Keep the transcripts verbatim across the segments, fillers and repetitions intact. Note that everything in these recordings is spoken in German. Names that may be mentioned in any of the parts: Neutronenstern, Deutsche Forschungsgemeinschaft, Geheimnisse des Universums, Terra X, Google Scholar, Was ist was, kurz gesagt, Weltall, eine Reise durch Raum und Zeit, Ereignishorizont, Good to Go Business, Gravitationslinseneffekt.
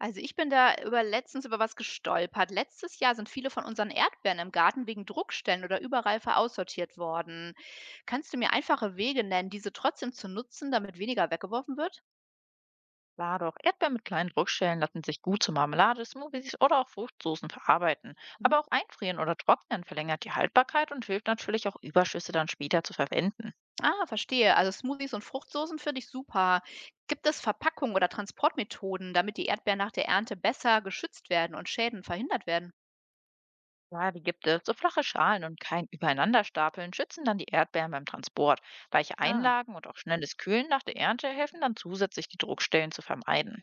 Also ich bin da über letztens über was gestolpert. Letztes Jahr sind viele von unseren Erdbeeren im Garten wegen Druckstellen oder Überreife aussortiert worden. Kannst du mir einfache Wege nennen, diese trotzdem zu nutzen, damit weniger weggeworfen wird? Klar doch, Erdbeeren mit kleinen Druckstellen lassen sich gut zu Marmelade, Smoothies oder auch Fruchtsoßen verarbeiten. Mhm. Aber auch einfrieren oder trocknen verlängert die Haltbarkeit und hilft natürlich auch Überschüsse dann später zu verwenden. Ah, verstehe. Also Smoothies und Fruchtsoßen finde ich super. Gibt es Verpackungen oder Transportmethoden, damit die Erdbeeren nach der Ernte besser geschützt werden und Schäden verhindert werden? Ja, die gibt es. So flache Schalen und kein Übereinanderstapeln schützen dann die Erdbeeren beim Transport. Weiche Ja. Einlagen und auch schnelles Kühlen nach der Ernte helfen dann zusätzlich, die Druckstellen zu vermeiden.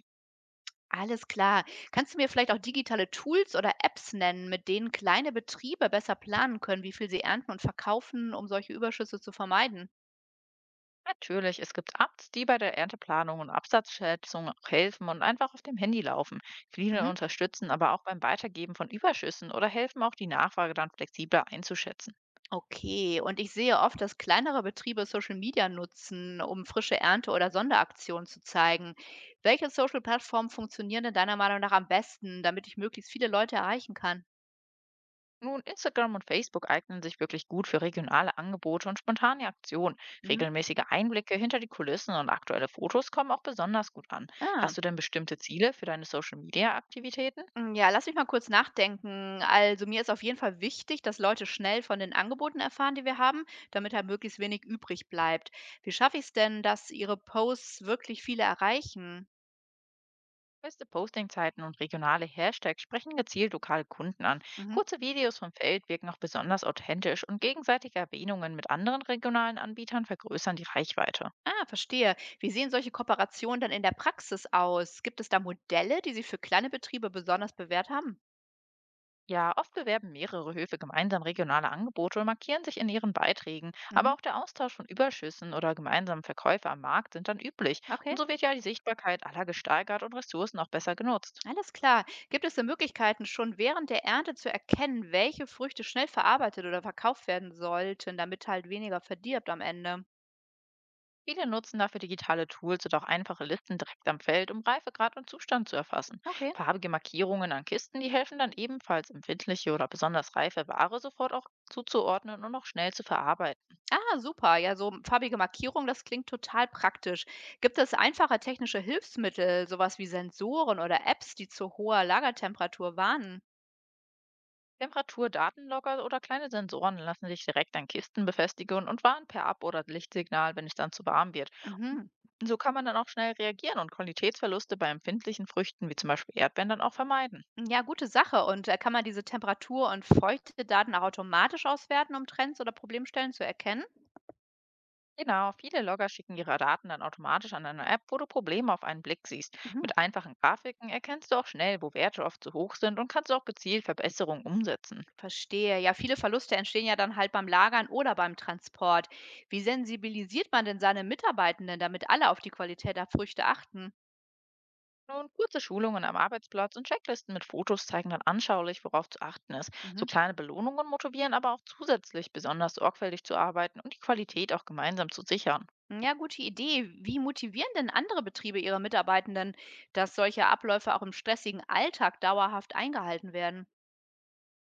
Alles klar. Kannst du mir vielleicht auch digitale Tools oder Apps nennen, mit denen kleine Betriebe besser planen können, wie viel sie ernten und verkaufen, um solche Überschüsse zu vermeiden? Natürlich, es gibt Apps, die bei der Ernteplanung und Absatzschätzung auch helfen und einfach auf dem Handy laufen. Viele Mhm. unterstützen aber auch beim Weitergeben von Überschüssen oder helfen auch, die Nachfrage dann flexibler einzuschätzen. Okay, und ich sehe oft, dass kleinere Betriebe Social Media nutzen, um frische Ernte oder Sonderaktionen zu zeigen. Welche Social-Plattformen funktionieren denn deiner Meinung nach am besten, damit ich möglichst viele Leute erreichen kann? Nun, Instagram und Facebook eignen sich wirklich gut für regionale Angebote und spontane Aktionen. Mhm. Regelmäßige Einblicke hinter die Kulissen und aktuelle Fotos kommen auch besonders gut an. Ah. Hast du denn bestimmte Ziele für deine Social-Media-Aktivitäten? Hm, ja, lass mich mal kurz nachdenken. Also, mir ist auf jeden Fall wichtig, dass Leute schnell von den Angeboten erfahren, die wir haben, damit halt möglichst wenig übrig bleibt. Wie schaffe ich es denn, dass Ihre Posts wirklich viele erreichen? Feste Postingzeiten und regionale Hashtags sprechen gezielt lokale Kunden an. Mhm. Kurze Videos vom Feld wirken auch besonders authentisch und gegenseitige Erwähnungen mit anderen regionalen Anbietern vergrößern die Reichweite. Ah, verstehe. Wie sehen solche Kooperationen dann in der Praxis aus? Gibt es da Modelle, die sich für kleine Betriebe besonders bewährt haben? Ja, oft bewerben mehrere Höfe gemeinsam regionale Angebote und markieren sich in ihren Beiträgen, aber Mhm. auch der Austausch von Überschüssen oder gemeinsame Verkäufe am Markt sind dann üblich, Okay, und so wird ja die Sichtbarkeit aller gesteigert und Ressourcen auch besser genutzt. alles klar. Gibt es denn Möglichkeiten, schon während der Ernte zu erkennen, welche Früchte schnell verarbeitet oder verkauft werden sollten, damit halt weniger verdirbt am Ende? Viele nutzen dafür digitale Tools oder auch einfache Listen direkt am Feld, um Reifegrad und Zustand zu erfassen. Okay. Farbige Markierungen an Kisten, die helfen dann ebenfalls, empfindliche oder besonders reife Ware sofort auch zuzuordnen und auch schnell zu verarbeiten. Ah, super. Ja, so farbige Markierung, das klingt total praktisch. Gibt es einfache technische Hilfsmittel, sowas wie Sensoren oder Apps, die zu hoher Lagertemperatur warnen? Temperaturdatenlogger oder kleine Sensoren lassen sich direkt an Kisten befestigen und warnen per Ab- oder Lichtsignal, wenn es dann zu warm wird. Mhm. So kann man dann auch schnell reagieren und Qualitätsverluste bei empfindlichen Früchten wie zum Beispiel Erdbeeren dann auch vermeiden. Ja, gute Sache. Und äh, kann man diese Temperatur- und Feuchtedaten auch automatisch auswerten, um Trends oder Problemstellen zu erkennen? Genau, viele Logger schicken ihre Daten dann automatisch an eine App, wo du Probleme auf einen Blick siehst. Mhm. Mit einfachen Grafiken erkennst du auch schnell, wo Werte oft zu hoch sind, und kannst auch gezielt Verbesserungen umsetzen. Verstehe. Ja, viele Verluste entstehen ja dann halt beim Lagern oder beim Transport. Wie sensibilisiert man denn seine Mitarbeitenden, damit alle auf die Qualität der Früchte achten? Nun, kurze Schulungen am Arbeitsplatz und Checklisten mit Fotos zeigen dann anschaulich, worauf zu achten ist. So Mhm. kleine Belohnungen motivieren aber auch zusätzlich, besonders sorgfältig zu arbeiten und die Qualität auch gemeinsam zu sichern. Hm, Ja, gute Idee. Wie motivieren denn andere Betriebe ihre Mitarbeitenden, dass solche Abläufe auch im stressigen Alltag dauerhaft eingehalten werden?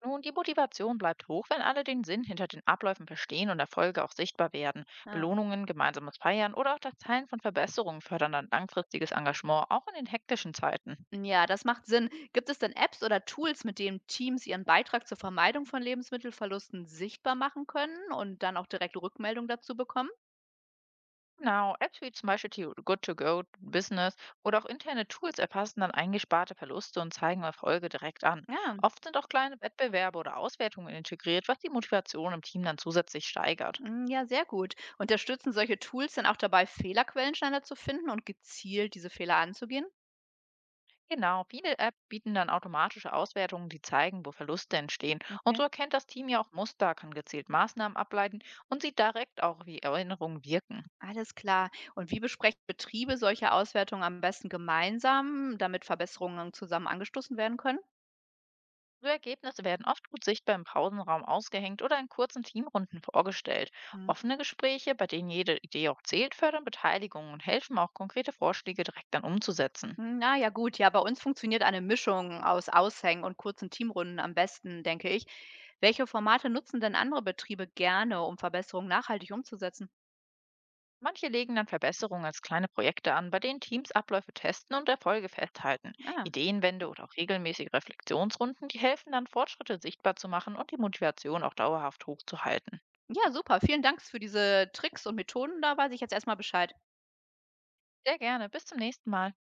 Nun, die Motivation bleibt hoch, wenn alle den Sinn hinter den Abläufen verstehen und Erfolge auch sichtbar werden. Ah. Belohnungen, gemeinsames Feiern oder auch das Teilen von Verbesserungen fördern dann langfristiges Engagement, auch in den hektischen Zeiten. Ja, das macht Sinn. Gibt es denn Apps oder Tools, mit denen Teams ihren Beitrag zur Vermeidung von Lebensmittelverlusten sichtbar machen können und dann auch direkt Rückmeldung dazu bekommen? Genau, Apps wie zum Beispiel die Good to Go Business oder auch interne Tools erfassen dann eingesparte Verluste und zeigen Erfolge direkt an. Ja, Oft sind auch kleine Wettbewerbe oder Auswertungen integriert, was die Motivation im Team dann zusätzlich steigert. mm, ja, sehr gut. Unterstützen solche Tools dann auch dabei, Fehlerquellen schneller zu finden und gezielt diese Fehler anzugehen? Genau, viele Apps bieten dann automatische Auswertungen, die zeigen, wo Verluste entstehen. Und Okay. so erkennt das Team ja auch Muster, kann gezielt Maßnahmen ableiten und sieht direkt auch, wie Erinnerungen wirken. Alles klar. Und wie besprechen Betriebe solche Auswertungen am besten gemeinsam, damit Verbesserungen zusammen angestoßen werden können? So Ergebnisse werden oft gut sichtbar im Pausenraum ausgehängt oder in kurzen Teamrunden vorgestellt. Hm. Offene Gespräche, bei denen jede Idee auch zählt, fördern Beteiligung und helfen auch, konkrete Vorschläge direkt dann umzusetzen. hm, Na ja, gut. Ja, bei uns funktioniert eine Mischung aus Aushängen und kurzen Teamrunden am besten, denke ich. Welche Formate nutzen denn andere Betriebe gerne, um Verbesserungen nachhaltig umzusetzen? Manche legen dann Verbesserungen als kleine Projekte an, bei denen Teams Abläufe testen und Erfolge festhalten. Ah, Ideenwände oder auch regelmäßige Reflexionsrunden, die helfen dann, Fortschritte sichtbar zu machen und die Motivation auch dauerhaft hochzuhalten. ja, super. Vielen Dank für diese Tricks und Methoden. Da weiß ich jetzt erstmal Bescheid. Sehr gerne, bis zum nächsten Mal.